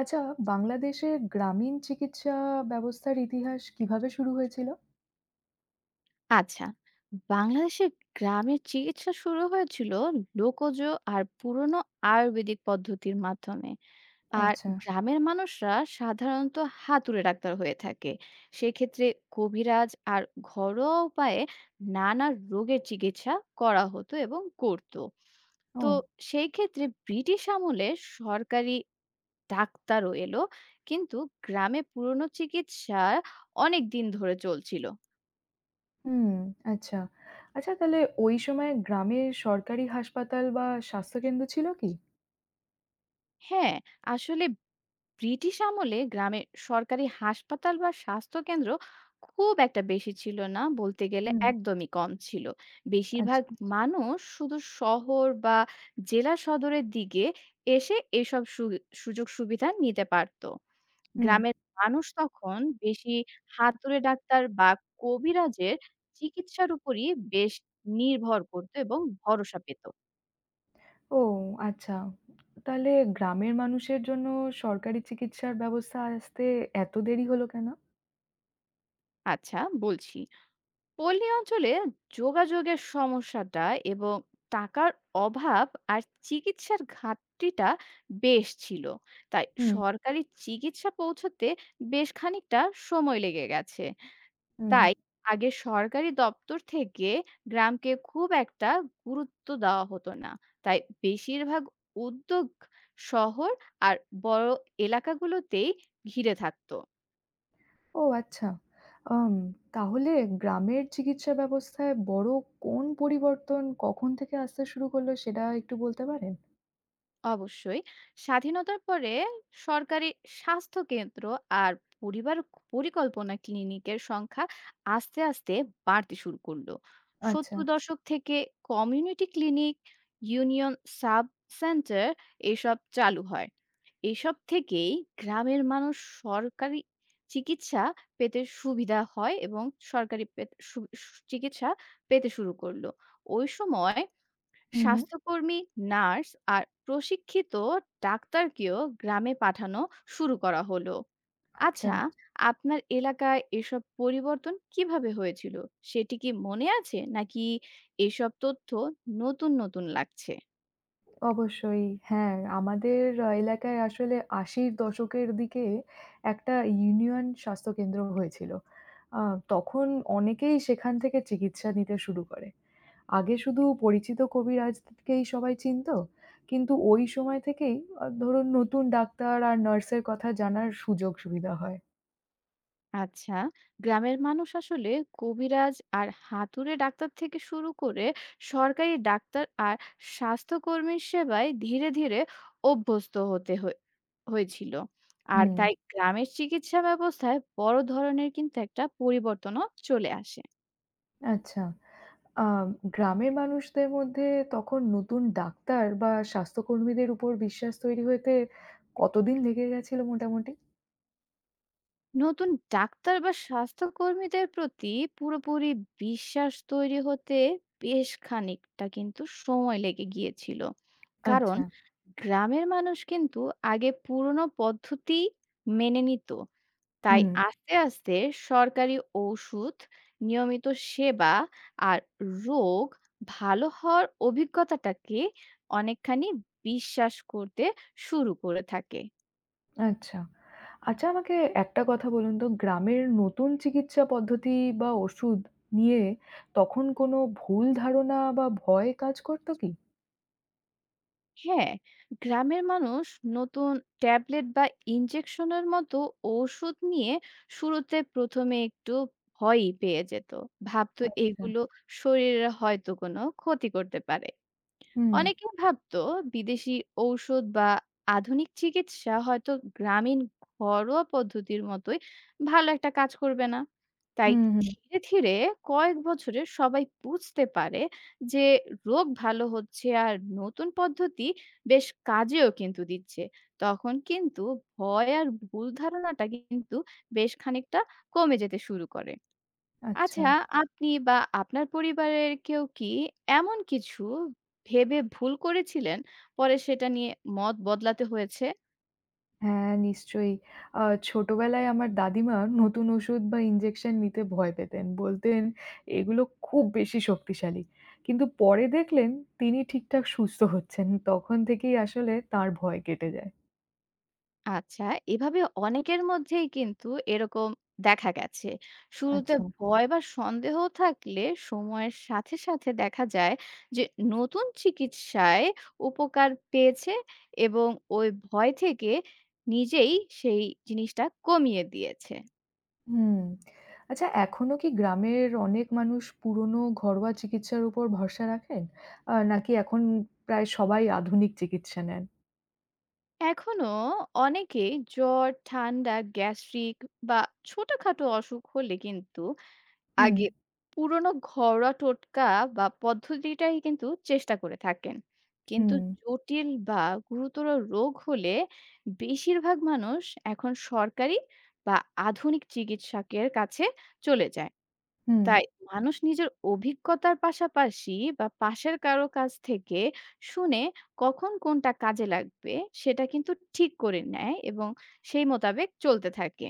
আচ্ছা, বাংলাদেশের গ্রামীণ চিকিৎসা ব্যবস্থার ইতিহাস কিভাবে শুরু হয়েছিল? আচ্ছা, বাংলাদেশের গ্রামের চিকিৎসা শুরু হয়েছিল লোকজ আর পুরনো আয়ুর্বেদিক পদ্ধতির মাধ্যমে। আর আচ্ছা। গ্রামের মানুষরা সাধারণত হাতুড়ে ডাক্তার হয়ে থাকে। সেক্ষেত্রে কবিরাজ আর ঘরোয়া উপায়ে নানা রোগের চিকিৎসা করা হতো এবং করত। তো ও! সেই ক্ষেত্রে ব্রিটিশ আমলে সরকারি ডাক্তারও এলো, কিন্তু গ্রামে পুরনো চিকিৎসা অনেক দিন ধরে চলছিল। হুম, আচ্ছা। আচ্ছা তাহলে ওই সময় গ্রামে সরকারি হাসপাতাল বা স্বাস্থ্যকেন্দ্র ছিল কি? হ্যাঁ, আসলে ব্রিটিশ আমলে গ্রামে সরকারি হাসপাতাল বা স্বাস্থ্য কেন্দ্র খুব একটা বেশি ছিল না, বলতে গেলে হুম, একদমই কম ছিল। বেশিরভাগ আচ্ছা। মানুষ শুধু শহর বা জেলা সদরের দিকে এসে এসব সুযোগ সুবিধা নিতে পারত। হুম। গ্রামের মানুষ তখন বেশি হাতুড়ে ডাক্তার বা কবিরাজের চিকিৎসার উপরই বেশ নির্ভর করত এবং ভরসা পেত। ও! আচ্ছা। তাহলে গ্রামের মানুষের জন্য সরকারি চিকিৎসার ব্যবস্থা আসতে এত দেরি হলো কেন? আচ্ছা, বলছি, পল্লী অঞ্চলে যোগাযোগের সমস্যাটা এবং টাকার অভাব আর চিকিৎসার ঘাটতিটা বেশ ছিল। তাই হুম, সরকারি চিকিৎসা পৌঁছতে বেশ খানিকটা সময় লেগে গেছে। হুম। তাই আগে সরকারি দপ্তর থেকে গ্রামকে খুব একটা গুরুত্ব দেওয়া হতো না। তাই বেশিরভাগ উদ্যোগ শহর আর বড় এলাকাগুলোতেই ঘিরে থাকতো। ও আচ্ছা। আম তাহলে গ্রামের চিকিৎসা ব্যবস্থায় বড় কোন পরিবর্তন কখন থেকে আসতে শুরু করলো সেটা একটু বলতে পারেন? অবশ্যই। স্বাধীনতার পরে সরকারি স্বাস্থ্য কেন্দ্র আর পরিবার পরিকল্পনা ক্লিনিকের সংখ্যা আস্তে, আস্তে বাড়তে শুরু করলো। আচ্ছা। ৭০ দশক থেকে community clinic, union sub centre এসব চালু হয়। এসব থেকেই গ্রামের মানুষ সরকারি চিকিৎসা পেতে সুবিধা হয় এবং সরকারি পেত সু সু চিকিৎসা পেতে শুরু করলো। ওই সময় হুম, হুম। স্বাস্থ্যকর্মী, নার্স আর প্রশিক্ষিত ডাক্তারকেও গ্রামে পাঠানো শুরু করা হলো। আচ্ছা। আচ্ছা, আপনার এলাকায় এসব পরিবর্তন কিভাবে হয়েছিল? সেটি কি মনে আছে, নাকি এসব তথ্য নতুন, নতুন লাগছে? অবশ্যই। হ্যাঁ, আমাদের এলাকায় আসলে ৮০ দশকের দিকে একটা ইউনিয়ন স্বাস্থ্যকেন্দ্র হয়েছিল। আ তখন অনেকেই সেখান থেকে চিকিৎসা নিতে শুরু করে। আগে শুধু পরিচিত কবিরাজকেই সবাই চিনতো। কিন্তু ওই সময় থেকেই ধরুন নতুন ডাক্তার আর নার্সের কথা জানার সুযোগ-সুবিধা হয়। আচ্ছা, গ্রামের মানুষ আসলে কবিরাজ আর হাতুড়ে ডাক্তার থেকে শুরু করে সরকারি ডাক্তার আর স্বাস্থ্যকর্মীর সেবায় ধীরে ধীরে অভ্যস্ত হতে হয়েছিল। আর হুম, তাই গ্রামের চিকিৎসা ব্যবস্থায় বড় ধরনের কিন্তু একটা পরিবর্তনও চলে আসে। আচ্ছা। আ গ্রামের মানুষদের মধ্যে তখন নতুন ডাক্তার বা স্বাস্থ্যকর্মীদের উপর বিশ্বাস তৈরি হতে কতদিন লেগে গেছিল মোটামুটি? নতুন ডাক্তার বা স্বাস্থ্যকর্মীদের প্রতি পুরোপুরি বিশ্বাস তৈরি হতে বেশ খানিকটা কিন্তু সময় লেগে গিয়েছিল, কারণ আচ্ছা। গ্রামের মানুষ কিন্তু আগে পুরনো পদ্ধতি মেনে নিত। তাই হুম, আস্তে আস্তে সরকারি ঔষধ, নিয়মিত সেবা আর রোগ ভালো হওয়ার অভিজ্ঞতাটাকে অনেকখানি বিশ্বাস করতে শুরু করে থাকে। আচ্ছা। আচ্ছা আমাকে একটা কথা বলুন তো, গ্রামের নতুন চিকিৎসা পদ্ধতি বা ওষুধ নিয়ে তখন কোনো ভুল ধারণা বা ভয় কাজ করতো কি? হ্যাঁ, গ্রামের মানুষ নতুন ট্যাবলেট বা ইনজেকশনের মতো ওষুধ নিয়ে শুরুতে প্রথমে একটু ভয়ই পেয়ে যেত। ভাবতো আচ্ছা। এগুলো শরীরের হয়তো কোনো ক্ষতি করতে পারে। হুম, অনেকে ভাবতো বিদেশি ঔষধ বা আধুনিক চিকিৎসা হয়তো গ্রামীণ ঘরোয়া পদ্ধতির মতোই ভালো একটা কাজ করবে না। তাই হুম, হুম। ধীরে ধীরে কয়েক বছরে সবাই বুঝতে পারে যে রোগ ভালো হচ্ছে আর নতুন পদ্ধতি বেশ কাজেও কিন্তু দিচ্ছে। তখন কিন্তু ভয় আর ভুল ধারণাটা কিন্তু বেশ খানিকটা কমে যেতে শুরু করে। আচ্ছা। আচ্ছা, আপনি বা আপনার পরিবারের কেউ কি এমন কিছু ভেবে ভুল করেছিলেন, পরে সেটা নিয়ে মত বদলাতে হয়েছে? হ্যাঁ, নিশ্চয়ই। আ ছোটবেলায় আমার দাদিমা নতুন ওষুধ বা ইনজেকশন নিতে ভয় পেতেন। বলতেন, "এগুলো খুব বেশি শক্তিশালী।" কিন্তু পরে দেখলেন তিনি ঠিকঠাক সুস্থ হচ্ছেন। তখন থেকেই আসলে তাঁর ভয় কেটে যায়। আচ্ছা, এভাবে অনেকের মধ্যেই কিন্তু এরকম দেখা গেছে। শুরুতে আচ্ছা। ভয় বা সন্দেহ থাকলে সময়ের সাথে, সাথে দেখা যায় যে নতুন চিকিৎসায় উপকার পেয়েছে এবং ওই ভয় থেকে নিজেই সেই জিনিসটা কমিয়ে দিয়েছে। হুম। আচ্ছা এখনো কি গ্রামের অনেক মানুষ পুরনো ঘরোয়া চিকিৎসার উপর ভরসা রাখেন? নাকি এখন প্রায় সবাই আধুনিক চিকিৎসা নেন? এখনো অনেকে জ্বর, ঠান্ডা, গ্যাস্ট্রিক বা ছোটখাটো অসুখ হলে কিন্তু হুম, আগে পুরনো ঘরোয়া টোটকা বা পদ্ধতিটাই কিন্তু চেষ্টা করে থাকেন। কিন্তু হুম, জটিল বা গুরুতর রোগ হলে বেশিরভাগ মানুষ এখন সরকারি বা আধুনিক চিকিৎসকের কাছে চলে যায়। হুম, তাই মানুষ নিজের অভিজ্ঞতার পাশাপাশি বা পাশের কারো কাছ থেকে শুনে কখন কোনটা কাজে লাগবে সেটা কিন্তু ঠিক করে নেয় এবং সেই মোতাবেক চলতে থাকে।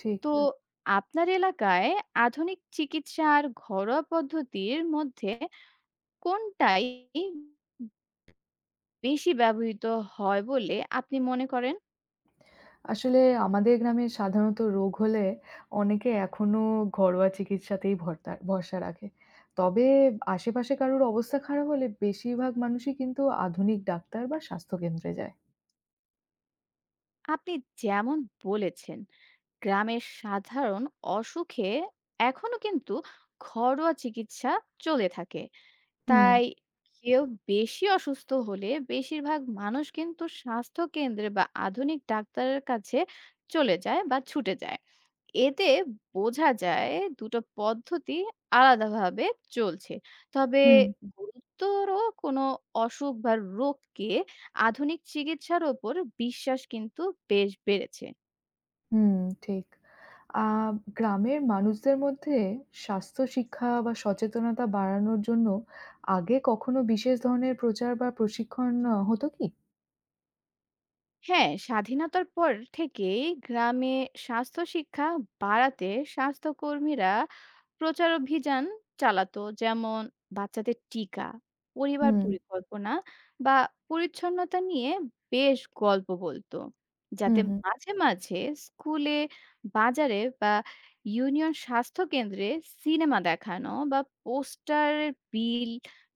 ঠিক। তো হুম। আপনার এলাকায় আধুনিক চিকিৎসা আর ঘরোয়া পদ্ধতির মধ্যে কোনটাই বেশি ব্যবহৃত হয় বলে আপনি মনে করেন? আসলে আমাদের গ্রামে সাধারণত রোগ হলে অনেকে এখনো ঘরোয়া চিকিৎসাতেই ভরসা রাখে। তবে আশেপাশে কারোর অবস্থা খারাপ হলে বেশিরভাগ মানুষই কিন্তু আধুনিক ডাক্তার বা স্বাস্থ্যকেন্দ্রে যায়। আপনি যেমন বলেছেন। গ্রামের সাধারণ অসুখে এখনো কিন্তু ঘরোয়া চিকিৎসা চলে থাকে। হুম, তাই কেউ বেশি অসুস্থ হলে বেশিরভাগ মানুষ কিন্তু স্বাস্থ্য কেন্দ্রে বা আধুনিক ডাক্তারের কাছে চলে যায় বা ছুটে যায়। এতে বোঝা যায় দুটো পদ্ধতি আলাদাভাবে চলছে, তবে হুম। গুরুতর কোনো অসুখ বা রোগকে আধুনিক চিকিৎসার ওপর বিশ্বাস কিন্তু বেশ বেড়েছে। হুম, ঠিক। আ গ্রামের মানুষদের মধ্যে স্বাস্থ্য শিক্ষা বা সচেতনতা বাড়ানোর জন্য আগে কখনো বিশেষ ধরনের প্রচার বা প্রশিক্ষণ হতো কি? হ্যাঁ, স্বাধীনতার পর থেকেই গ্রামে স্বাস্থ্য শিক্ষা বাড়াতে স্বাস্থ্যকর্মীরা প্রচার অভিযান চালাতো। যেমন বাচ্চাদের টিকা, পরিবার হুম, পরিকল্পনা বা পরিচ্ছন্নতা নিয়ে বেশ গল্প বলতো। হুম, যাতে হুম, মাঝে মাঝে স্কুলে, বাজারে বা ইউনিয়ন স্বাস্থ্য কেন্দ্রে সিনেমা দেখানো বা পোস্টার, বিল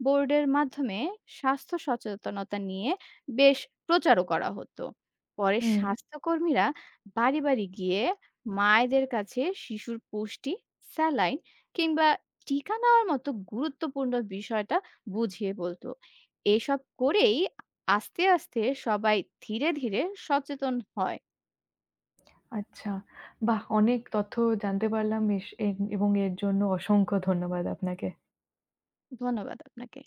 বোর্ডের মাধ্যমে স্বাস্থ্য সচেতনতা নিয়ে বেশ প্রচারও করা হতো। পরে হুম। স্বাস্থ্যকর্মীরা বাড়ি, বাড়ি গিয়ে মায়েদের কাছে শিশুর পুষ্টি, স্যালাইন কিংবা টিকা নেওয়ার মতো গুরুত্বপূর্ণ বিষয়টা বুঝিয়ে বলতো। এসব করেই আস্তে, আস্তে সবাই ধীরে, ধীরে সচেতন হয়। আচ্ছা। বাহ! অনেক তথ্য জানতে পারলাম এস এ এবং এর জন্য অসংখ্য ধন্যবাদ আপনাকে। ধন্যবাদ আপনাকে।